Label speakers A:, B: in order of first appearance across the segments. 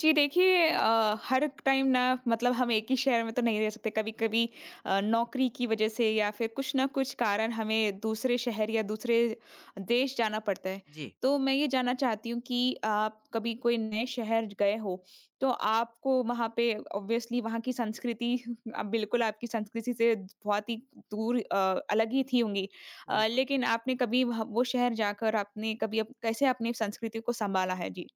A: जी देखिए हर टाइम ना मतलब हम एक ही शहर में तो नहीं रह सकते कभी कभी नौकरी की वजह से या फिर कुछ ना कुछ कारण हमें दूसरे शहर या दूसरे देश जाना पड़ता है।
B: जी,
A: तो मैं ये जानना चाहती हूँ कि आप कभी कोई नए शहर गए हो तो आपको वहाँ पे ऑब्वियसली वहाँ की संस्कृति अब बिल्कुल आपकी संस्कृति से बहुत ही दूर अलग ही थी होंगी।
B: बिल्कुल।
A: लेकिन आपने कभी वो शहर जाकर आपने कभी कैसे अपनी संस्कृति को संभाला है जी?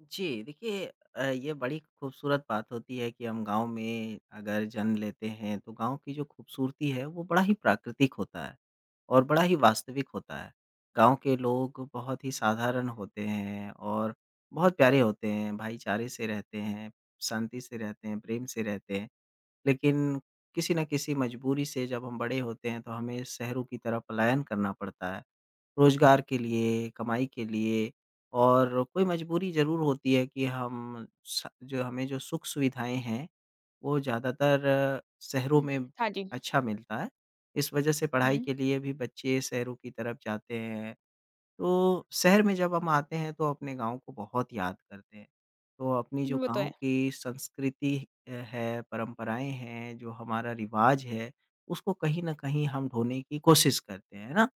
B: जी, देखिए ये बड़ी खूबसूरत बात होती है कि हम गाँव में अगर जन्म लेते हैं, तो गाँव की जो खूबसूरती है, वो बड़ा ही प्राकृतिक होता है और बड़ा ही वास्तविक होता है। गाँव के लोग बहुत ही साधारण होते हैं और बहुत प्यारे होते हैं, भाईचारे से रहते हैं, शांति से रहते हैं, प्रेम से रहते हैं। लेकिन किसी न किसी मजबूरी से जब हम बड़े होते हैं, तो हमें शहरों की तरफ पलायन करना पड़ता है। रोज़गार के लिए, कमाई के लिए और कोई मजबूरी ज़रूर होती है कि हम स जो हमें जो सुख-सुविधाएँ हैं, वो ज़्यादातर शहरों में
A: हाँ जी।
B: अच्छा मिलता है। इस वजह से पढ़ाई के लिए भी बच्चे शहरों की तरफ जाते हैं। तो शहर में जब हम आते हैं तो अपने गाँव को बहुत याद करते हैं। तो अपनी जो
A: वो तो
B: गाँव
A: है।
B: की संस्कृति है, परंपराएँ हैं, जो हमारा रिवाज है, उसको कहीं न कहीं हम ढोने की कोशिश करते हैं, है ना?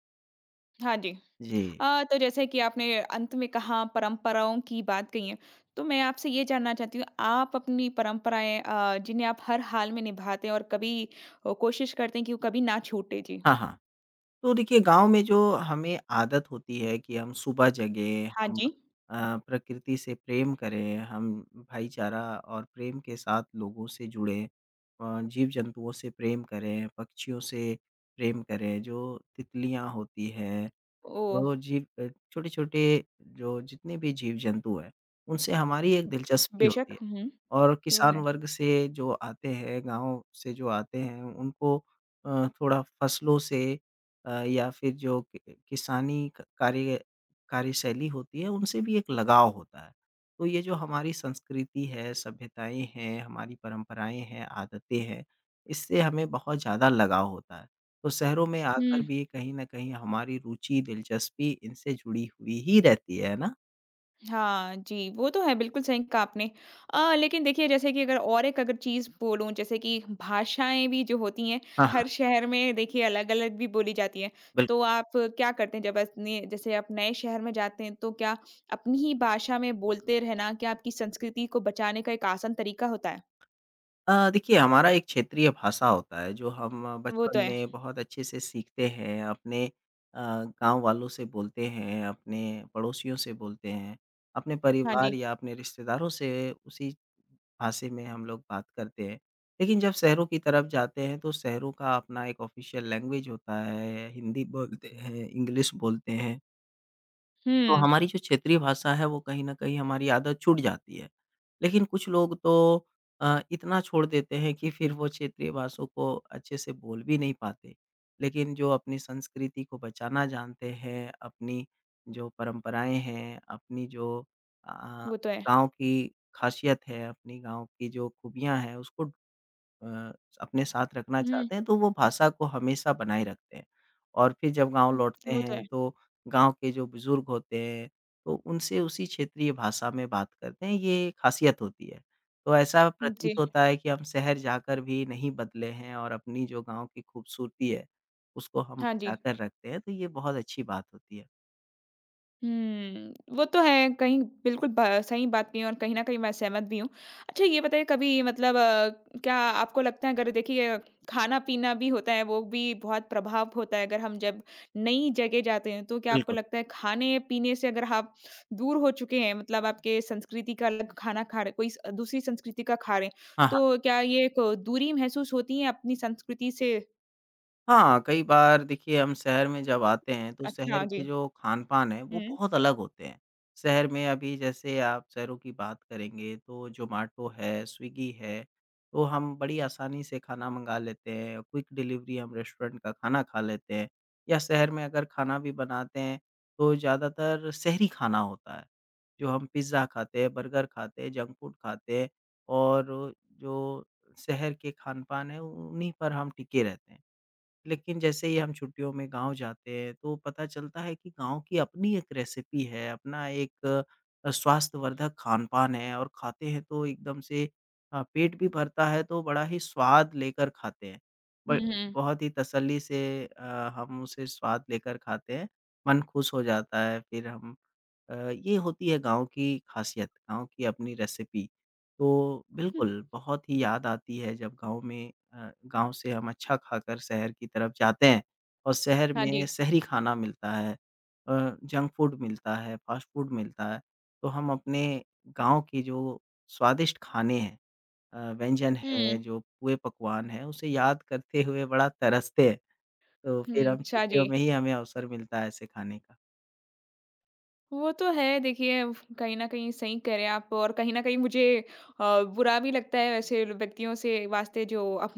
A: हाँ जी।
B: जी।
A: तो जैसे कि आपने अंत में कहा परंपराओं की बात कही है, तो मैं आपसे ये जानना चाहती हूँ आप अपनी परंपराएँ जिन्हें आप हर हाल में निभाते हैं और कभी कोशिश करते हैं कि वो कभी ना छूटे? जी।
B: हाँ, हाँ। तो देखिए गाँव में जो हमें आदत होती है कि हम सुबह जगें,
A: हाँ
B: हम
A: जी।
B: प्रकृति से प्रेम करें, हम भाईचारा और प्रेम के साथ लोगों से जुड़ें जीव-जंतुओं से प्रेम करें, पक्षियों से प्रेम करें, जो तितलियाँ होती हैं
A: ओह!
B: तो छोटे-छोटे जो जितने भी जीव-जंतु हैं, उनसे हमारी एक दिलचस्पी
A: बेशक।
B: होती है
A: हुँ, हुँ। ये
B: और
A: होता
B: किसान
A: है।
B: वर्ग से जो आते हैं, गाँव से जो आते हैं, उनको थोड़ा फसलों से या फिर जो कि किसानी क कार्य कार्यशैली होती है, उनसे भी एक लगाव होता है। तो ये जो हमारी संस्कृति है, सभ्यताएँ हैं, हमारी परंपराएँ हैं, आदतें हैं, इससे हमें बहुत ज़्यादा लगाव होता है। तो शहरों में
A: हुँ।
B: आकर भी कहीं न कहीं हमारी रुचि, दिलचस्पी इनसे जुड़ी हुई ही रहती है ना?
A: हाँ, जी, वो तो है, बिल्कुल सही कहा आपने। लेकिन देखिए जैसे कि अगर और एक अगर चीज़ बोलूँ जैसे कि भाषाएँ भी जो होती हैं,
B: हाँ, हाँ।
A: हर शहर में देखिए अलग-अलग भी बोली जाती हैं। तो
B: बिल्कुल।
A: आप क्या करते हैं जब अपने जैसे आप नए शहर में जाते हैं, तो क्या अपनी ही भाषा में बोलते रहना क्या आपकी संस्कृति को बचाने का एक आसान तरीका होता है?
B: देखिए हमारा एक क्षेत्रीय भाषा होता है जो हम
A: वो तो
B: बचपन
A: है।
B: में बहुत अच्छे से सीखते हैं, अपने गाँव वालों से बोलते हैं, अपने पड़ोसियों से बोलते हैं, अपने
A: हाँ
B: परिवार
A: जी।
B: या अपने रिश्तेदारों से उसी भाषा में हम लोग बात करते हैं। लेकिन जब शहरों की तरफ जाते हैं तो शहरों का अपना एक ऑफ़िशियल लैंग्वेज होता है, हिंदी बोलते हैं, इंग्लिश बोलते हैं। तो
A: हुँ,
B: हमारी जो क्षेत्रीय भाषा है वो कहीं न कहीं हमारी आदत छूट जाती है। लेकिन कुछ लोग तो इतना छोड़ देते हैं कि फिर वो क्षेत्रीय भाषा को अच्छे से बोल भी नहीं पाते। लेकिन जो अपनी संस्कृति को बचाना जानते हैं, अपनी जो परंपराएँ हैं, अपनी जो अ,
A: वो तो है।
B: गाँव की खासियत है, अपनी गाँव की जो खूबियाँ हैं उसको अ, अपने साथ रखना
A: हुँ,
B: चाहते हैं, तो वो भाषा को हमेशा बनाए रखते हैं। और फिर जब गाँव
A: हुँ,
B: लौटते
A: वो तो है।
B: हैं, तो गाँव के जो बुज़ुर्ग होते हैं, तो उनसे उसी क्षेत्रीय भाषा में बात करते हैं, ये खासियत होती है। तो ऐसा
A: जी,
B: प्रतीत होता है कि हम शहर जाकर भी नहीं बदले हैं और अपनी जो गाँव की खूबसूरती है, उसको हम
A: हाँ जी।
B: बचाकर रखते हैं, तो ये बहुत अच्छी बात होती है।
A: हुँ, वो तो है कहीं बिल्कुल ब सही बात कही और कहीं न कहीं मैं सहमत भी हूँ। अच्छा ये बताइए कभी मतलब क्या आपको लगता है अगर देखिए खाना-पीना भी होता है वो भी बहुत प्रभाव होता है अगर हम जब नई जगह जाते हैं, तो क्या आपको
B: बिल्कुल।
A: लगता है खाने-पीने से अगर आप दूर हो चुके हैं मतलब आपके संस्कृति का अलग खाना खा रहे कोई स दूसरी संस्कृति का खा रहे हैं,
B: हाँ।
A: तो क्या ये एक दूरी महसूस होती है अपनी संस्कृति से?
B: हाँ, कई बार देखिए हम शहर में जब आते हैं तो
A: अच्छा
B: शहर
A: जी।
B: के जो खान-पान है वो
A: हुँ।
B: बहुत अलग होते हैं। शहर में अभी जैसे आप शहरों की बात करेंगे तो ज़ोमैटो है, स्विगी है, तो हम बड़ी आसानी से खाना मँगा लेते हैं, क्विक डिलीवरी हम रेस्टोरेंट का खाना खा लेते हैं या शहर में अगर खाना भी बनाते हैं तो ज़्यादातर शहरी खाना होता है। जो हम पिज़्ज़ा खाते हैं, बर्गर खाते हैं, जंक फूड खाते हैं और जो शहर के खान-पान है उन्हीं पर हम टिके रहते हैं। लेकिन जैसे ही हम छुट्टियों में गाँव जाते हैं, तो पता चलता है कि गाँव की अपनी एक रेसिपी है, अपना एक स्वास्थ्यवर्धक खान-पान है और खाते हैं तो एकदम से पेट भी भरता है तो बड़ा ही स्वाद लेकर खाते हैं।
A: हुँ,
B: ब
A: हुँ।
B: बहुत ही तसल्ली से हम उसे स्वाद लेकर खाते हैं, मन खुश हो जाता है, ये होती है गाँव की खासियत, गाँव की अपनी रेसिपी। तो बिल्कुल, बहुत ही याद आती है जब गाँव से हम अच्छा खाकर शहर की तरफ जाते हैं और शहर
A: हाँ जी।
B: में शहरी खाना मिलता है जंक फूड मिलता है, फ़ास्ट फूड मिलता है, तो हम अपने गाँव के जो स्वादिष्ट खाने हैं व्यंजन है,
A: हुँ।
B: जो पुए पकवान हैं, उसे याद करते हुए बड़ा तरसते हैं। तो फिर
A: हुँ,
B: हम
A: अच्छा जी।
B: छुट्टियों में ही हमें अवसर मिलता है ऐसे खाने का।
A: वो तो है देखिए उफ, कहीं न कहीं सही कह रहे हैं आप और कहीं न कहीं मुझे बुरा भी लगता है वैसे व्यक्तियों से वास्ते जो अप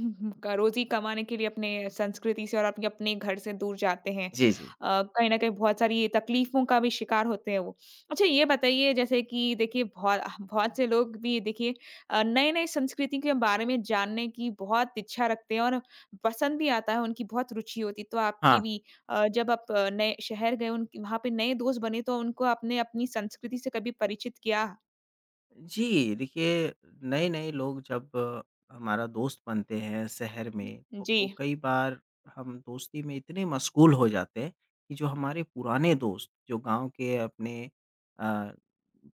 A: क रोज़ी कमाने के लिए अपने संस्कृति से और अपने अपने घर से दूर जाते हैं।
B: जी, जी।
A: कहीं न कहीं बहुत सारी तकलीफ़ों का भी शिकार होते हैं वो। अच्छा ये बताइए जैसे कि देखिए बहुत बहुत से लोग भी देखिए नए-नए संस्कृति के बारे में जानने की बहुत इच्छा रखते हैं और पसंद भी आता है, उनकी बहुत रुचि होती है। तो आपकी
B: हाँ।
A: भी जब आप नए शहर गए उन वहाँ पे नए दोस्त बने तो उनको आपने अपनी संस्कृति से कभी परिचित किया?
B: जी, देखिए नए-नए लोग जब हमारा दोस्त बनते हैं शहर में,
A: जी।
B: तो कई बार हम दोस्ती में इतने मशगूल हो जाते हैं कि जो हमारे पुराने दोस्त, जो गाँव के अपने अ,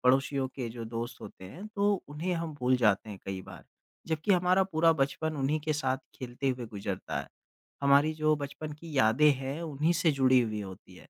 B: पड़ोसियों के जो दोस्त होते हैं, तो उन्हें हम भूल जाते हैं कई बार। जबकि हमारा पूरा बचपन उन्हीं के साथ खेलते हुए गुज़रता है। हमारी जो बचपन की यादें हैं, उन्हीं से जुड़ी हुई होती है।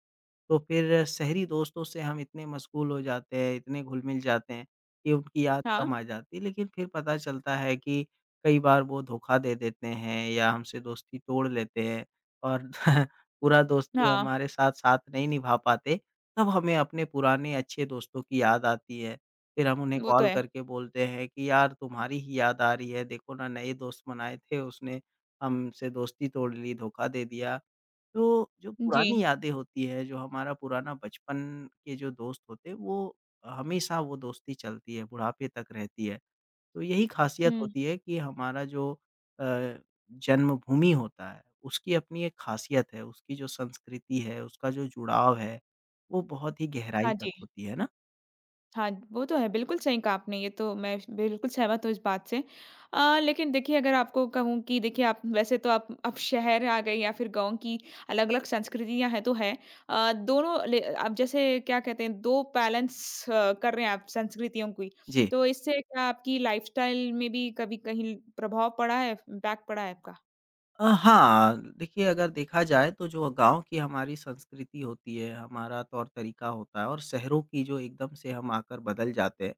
B: तो फिर शहरी दोस्तों से हम इतने मशगूल हो जाते हैं, इतने घुल-मिल जाते हैं कि उनकी याद
A: हाँ,
B: कम आ जाती है। लेकिन फिर पता चलता है कि कई बार वो धोखा दे देते हैं या हमसे दोस्ती तोड़ लेते हैं और पूरा दोस्ती
A: हाँ,
B: हमारे साथ साथ नहीं निभा पाते। तब हमें अपने पुराने अच्छे दोस्तों की याद आती है। फिर हम उन्हें
A: वो तो
B: कॉल
A: है।
B: करके बोलते हैं कि यार तुम्हारी ही याद आ रही है, देखो ना नए दोस्त बनाए थे उसने हमसे दोस्ती तोड़ ली, धोखा दे दिया। तो जो
A: जी।
B: पुरानी यादें होती है, जो हमारा पुराना बचपन के जो दोस्त होते हैं, वो हमेशा वो दोस्ती चलती है, बुढ़ापे तक रहती है। तो यही खासियत
A: हुँ।
B: होती है कि हमारा जो अ, जन्मभूमि होता है, उसकी अपनी एक खासियत है, उसकी जो संस्कृति है, उसका जो जुड़ाव है, वो बहुत ही गहराई
A: हाँ
B: तक
A: जी।
B: होती है ना?
A: हाँ, वो तो है। बिल्कुल सही कहा आपने, ये तो मैं बिल्कुल सहमत हूँ इस बात से। लेकिन देखिए अगर आपको कहूँ कि देखिए आप वैसे तो आप अब शहर आ गए या फिर गाँव की अलग-अलग संस्कृतियाँ हैं तो है। दोनों ले अब जैसे क्या कहते हैं 2 बैलेंस कर रहे हैं आप संस्कृतियों की,
B: जी।
A: तो इससे क्या आपकी लाइफ़स्टाइल में भी कभी कहीं प्रभाव पड़ा है, इम्पैक्ट पड़ा है आपका?
B: हाँ, देखिए अगर देखा जाए तो जो गाँव की हमारी संस्कृति होती है, हमारा तौर-तरीका होता है और शहरों की जो एकदम से हम आकर बदल जाते हैं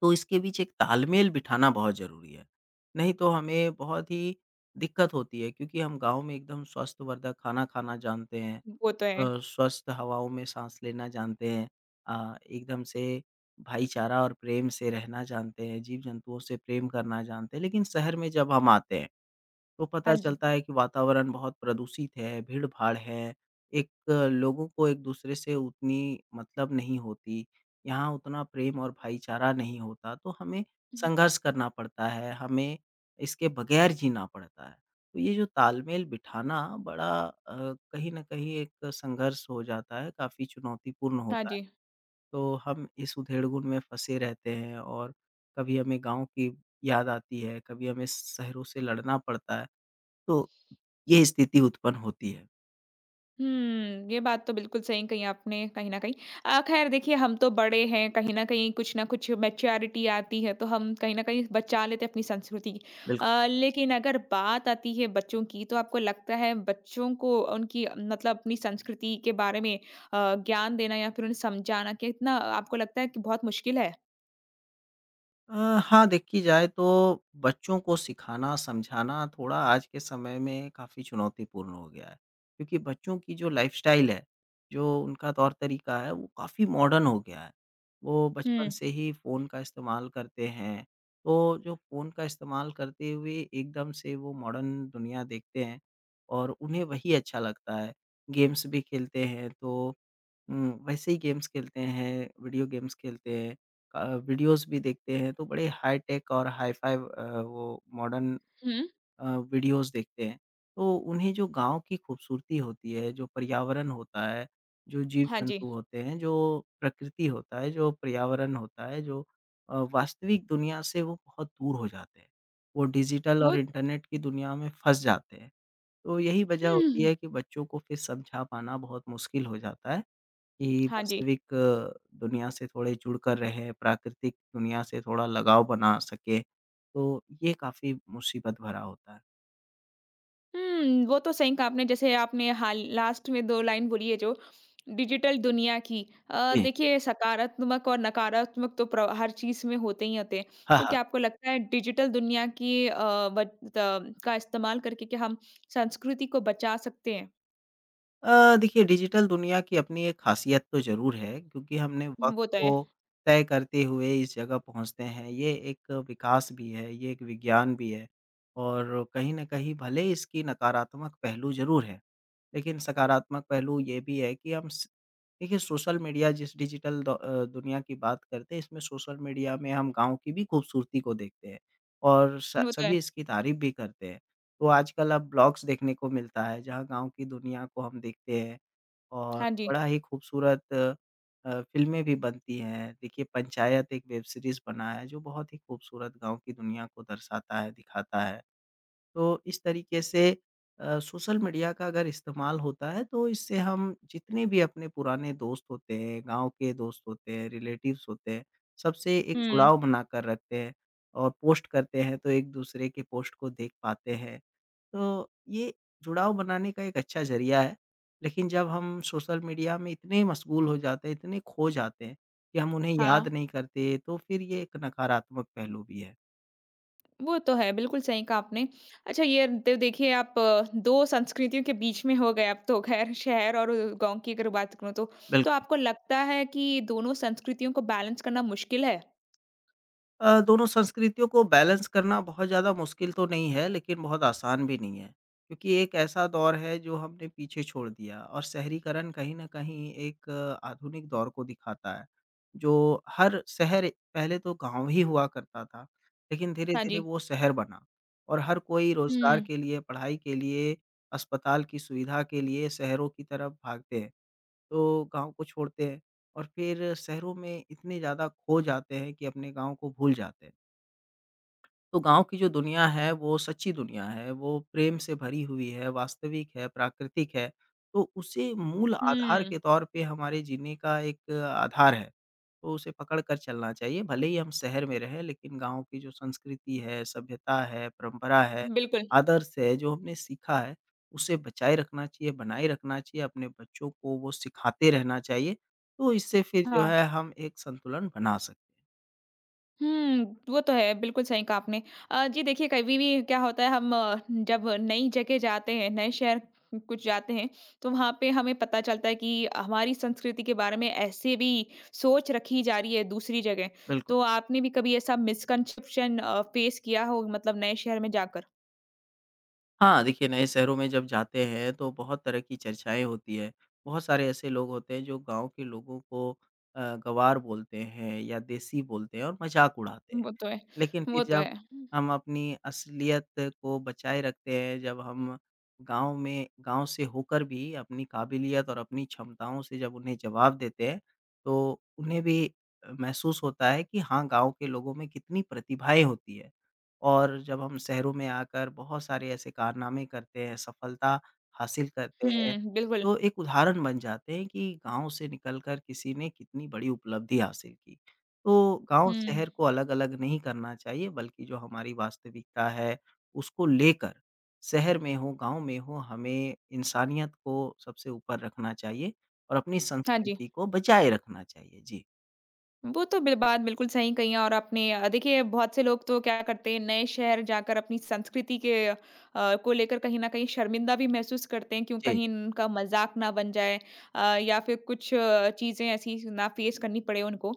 B: तो इसके बीच एक तालमेल बिठाना बहुत ज़रूरी है। नहीं तो हमें बहुत ही दिक्कत होती है क्योंकि हम गाँव में एकदम स्वस्थवर्धक खाना खाना जानते हैं
A: वो तो है।
B: स्वस्थ हवाओं में साँस लेना जानते हैं। एकदम से भाईचारा और प्रेम से रहना जानते हैं, जीव-जंतुओं से प्रेम करना जानते हैं, लेकिन शहर में जब हम आते हैं तो
A: हाँ
B: पता
A: जी।
B: चलता है कि वातावरण बहुत प्रदूषित है, भीड़-भाड़ है, एक लोगों को एक-दूसरे से उतनी मतलब नहीं होती, यहाँ उतना प्रेम और भाईचारा नहीं होता, तो हमें संघर्ष करना पड़ता है, हमें इसके बगैर जीना पड़ता है। तो ये जो तालमेल बिठाना बड़ा कहीं न कहीं एक संघर्ष हो जाता है, काफ़ी चुनौतीपूर्ण
A: हाँ
B: होता है,
A: जी।
B: तो हम इस उधेड़-बुन में फँसे रहते हैं और कभी हमें गाँव की याद आती है, कभी हमें शहरों से लड़ना पड़ता है, तो ये स्थिति उत्पन्न होती है।
A: हुँ, ये बात तो बिल्कुल सही कही आपने कहीं न कहीं। ख़ैर देखिए हम तो बड़े हैं, कहीं न कहीं कुछ न कुछ मैच्योरिटी आती है, तो हम कहीं न कहीं बचा लेते हैं अपनी संस्कृति की।
B: बिल्कुल।
A: लेकिन अगर बात आती है बच्चों की, तो आपको लगता है बच्चों को उनकी मतलब अपनी संस्कृति के बारे में ज्ञान देना या फिर उन्हें समझाना कितना आपको लगता है कि बहुत मुश्किल है?
B: अ, हाँ, देखी जाए तो बच्चों को सिखाना, समझाना थोड़ा आज के समय में काफ़ी चुनौतीपूर्ण हो गया है। क्योंकि बच्चों की जो लाइफ़स्टाइल है, जो उनका तौर-तरीका है, वो काफ़ी मॉडर्न हो गया है। वो बचपन
A: हुँ,
B: से ही फ़ोन का इस्तेमाल करते हैं। तो जो फ़ोन का इस्तेमाल करते हुए एकदम से वो मॉडर्न दुनिया देखते हैं और उन्हें वही अच्छा लगता है। गेम्स भी खेलते हैं तो वैसे ही गेम्स खेलते हैं, वीडियो गेम्स खेलते हैं। वीडियोज़ भी देखते हैं तो बड़े हाई-टेक और हाई-फाई वो मॉडर्न
A: हुँ।
B: अ, वीडियोज़ देखते हैं। तो उन्हें जो गाँव की खूबसूरती होती है, जो पर्यावरण होता है, जो
A: हाँ जी।
B: जीव-जंतु होते हैं, जो प्रकृति होता है, जो पर्यावरण होता है, जो वास्तविक दुनिया से वो बहुत दूर हो जाते हैं। वो डिजिटल
A: वो
B: और इंटरनेट की दुनिया में फँस जाते हैं। तो यही वजह
A: हुँ, हुँ,
B: होती है
A: हुँ।
B: कि बच्चों को फिर समझा पाना बहुत मुश्किल हो जाता है। कि
A: हाँ जी।
B: वास्तविक दुनिया से थोड़े जुड़कर रहें, प्राकृतिक दुनिया से थोड़ा लगाव बना सकें, तो ये काफ़ी मुसीबत भरा होता है।
A: हुँ, वो तो सही कहा आपने जैसे आपने हाल लास्ट में 2 लाइन बोली है जो डिजिटल दुनिया की
B: जी,
A: देखिए सकारात्मक और नकारात्मक तो प्र हर चीज़ में होते ही होते हैं।
B: हाँ,
A: तो
B: हाँ।
A: क्या आपको लगता है डिजिटल दुनिया की बच त का इस्तेमाल करके क्या हम संस्कृति को बचा सकते हैं?
B: देखिए डिजिटल दुनिया की अपनी एक ख़ासियत तो ज़रूर है क्योंकि हमने वक़्त
A: वो तो
B: को
A: है
B: तय करते हुए इस जगह पहुँचते हैं, ये एक विकास भी है, ये एक विज्ञान भी है और कहीं न कहीं भले इसकी नकारात्मक पहलू ज़रूर है। लेकिन सकारात्मक पहलू ये भी है कि हम स देखिए सोशल मीडिया जिस डिजिटल दुनिया की बात करते हैं इसमें सोशल मीडिया में हम गाँव की भी खूबसूरती को देखते हैं और स
A: वो तो है।
B: सभी इसकी तारीफ़ भी करते हैं। तो आजकल अब ब्लॉग्स देखने को मिलता है जहाँ गाँव की दुनिया को हम देखते हैं और
A: हाँ जी।
B: बड़ा ही खूबसूरत अ, फ़िल्में भी बनती हैं। देखिए पंचायत एक वेब सीरीज़ बना है जो बहुत ही खूबसूरत गाँव की दुनिया को दर्शाता है, दिखाता है। तो इस तरीके से सोशल मीडिया का अगर इस्तेमाल होता है तो इससे हम जितने भी अपने पुराने दोस्त होते हैं, गाँव के दोस्त होते हैं, रिलेटिव्स होते हैं, सबसे एक
A: हुँ,
B: जुड़ाव बनाकर रखते हैं और पोस्ट करते हैं तो एक-दूसरे के पोस्ट को देख पाते हैं। तो ये जुड़ाव बनाने का एक अच्छा ज़रिया है, लेकिन जब हम सोशल मीडिया में इतने मशगूल हो जाते हैं, इतने खो जाते हैं कि हम उन्हें याद
A: हाँ।
B: नहीं करते, तो फिर ये एक नकारात्मक पहलू भी है।
A: वो तो है, बिल्कुल सही कहा आपने। अच्छा ये तो देखिए आप 2 संस्कृतियों के बीच में हो गए आप तो ख़ैर शहर और गाँव की अगर बात करूँ तो। तो
B: बिल्कुल।
A: आपको लगता है कि दोनों संस्कृतियों को बैलेंस करना मुश्किल है?
B: दोनों संस्कृतियों को बैलेंस करना बहुत ज़्यादा मुश्किल तो नहीं है, लेकिन बहुत आसान भी नहीं है। क्योंकि एक ऐसा दौर है जो हमने पीछे छोड़ दिया और शहरीकरण कहीं न कहीं एक आधुनिक दौर को दिखाता है, जो हर शहर पहले तो गाँव ही हुआ करता था, लेकिन
A: हाँ
B: धीरे-धीरे
A: जी।
B: वो शहर बना और हर कोई रोज़गार
A: हुँ।
B: के लिए, पढ़ाई के लिए, अस्पताल की सुविधा के लिए शहरों की तरफ भागते हैं। तो गाँव को छोड़ते हैं और फिर शहरों में इतने ज़्यादा खो जाते हैं कि अपने गाँव को भूल जाते हैं। तो गाँव की जो दुनिया है वो सच्ची दुनिया है, वो प्रेम से भरी हुई है, वास्तविक है, प्राकृतिक है, तो उसे मूल आधार
A: हुँ,
B: के तौर पे हमारे जीने का एक आधार है, तो उसे पकड़ कर चलना चाहिए। भले ही हम शहर में रहें लेकिन गाँव की जो संस्कृति है, सभ्यता है, परंपरा है,
A: बिल्कुल।
B: आदर्श है, जो हमने सीखा है, उसे बचाए रखना चाहिए, बनाए रखना चाहिए, अपने बच्चों को वो सिखाते रहना चाहिए, तो इससे फिर जो
A: हाँ।
B: है हम एक संतुलन बना सकते हैं।
A: हुँ, वो तो है, बिल्कुल सही कहा आपने। जी देखिए, कभी भी क्या होता है हम जब नई जगह जाते हैं, नए शहर कुछ जाते हैं, तो वहाँ पे हमें पता चलता है कि हमारी संस्कृति के बारे में ऐसे भी सोच रखी जा रही है दूसरी जगह।
B: बिल्कुल।
A: तो आपने भी कभी ऐसा मिसकंसेप्शन फेस किया हो मतलब नए शहर में जाकर?
B: हाँ, देखिए नए शहरों में जब जाते हैं तो बहुत तरह की चर्चाएँ होती है। बहुत सारे ऐसे लोग होते हैं जो गाँव के लोगों को गँवार बोलते हैं या देसी बोलते हैं और मज़ाक उड़ाते हैं।
A: वो तो है,
B: लेकिन फिर
A: वो तो
B: जब
A: है।
B: हम अपनी असलियत को बचाए रखते हैं, जब हम गाँव में गाँव से होकर भी अपनी काबिलियत और अपनी क्षमताओं से जब उन्हें जवाब देते हैं, तो उन्हें भी महसूस होता है कि हाँ, गाँव के लोगों में कितनी प्रतिभाएँ होती है। और जब हम शहरों में आकर बहुत सारे ऐसे कारनामे करते हैं, सफलता हासिल करते हैं,
A: हुँ, बिल्कुल।
B: तो एक उदाहरण बन जाते हैं कि गाँव से निकलकर किसी ने कितनी बड़ी उपलब्धि हासिल की। तो गाँव
A: हुँ,
B: शहर को अलग-अलग नहीं करना चाहिए बल्कि जो हमारी वास्तविकता है, उसको लेकर शहर में हो, गाँव में हो, हमें इंसानियत को सबसे ऊपर रखना चाहिए और अपनी
A: हाँ जी।
B: संस्कृति को बचाए रखना चाहिए। जी,
A: वो तो बिल बात बिल्कुल सही कही है और आपने देखिए बहुत से लोग तो क्या करते हैं नए शहर जाकर अपनी संस्कृति के को लेकर कहीं न कहीं शर्मिंदा भी महसूस करते हैं क्यों
B: जी,
A: कहीं उनका मज़ाक ना बन जाए या फिर कुछ चीज़ें ऐसी ना फ़ेस करनी पड़े उनको।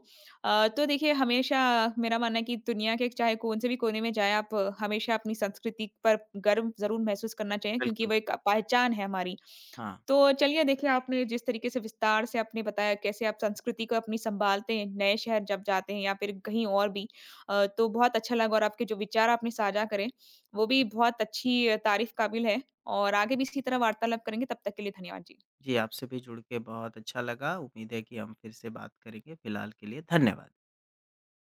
A: तो देखिए हमेशा मेरा मानना है कि दुनिया के चाहे कौन से भी कोने में जाएँ आप हमेशा अपनी संस्कृति पर गर्व ज़रूर महसूस करना चाहिए क्योंकि
B: बिल्कुल,
A: वो एक
B: बिल्कुल।
A: पहचान है हमारी।
B: हाँ,
A: तो चलिए देखिए आपने जिस तरीके से विस्तार से आपने बताया कैसे आप संस्कृति को अपनी संभालते हैं नए शहर जब जाते हैं या फिर कहीं और भी तो बहुत अच्छा लगा और आपके जो विचार आपने साझा करें वो भी बहुत अच्छी तारीफ काबिल है और आगे भी इसी तरह वार्तालाप करेंगे तब तक के लिए धन्यवाद जी।
B: जी आपसे भी जुड़ के बहुत अच्छा लगा। उम्मीद है कि हम फिर से बात करेंगे। फिलहाल के लिए धन्यवाद।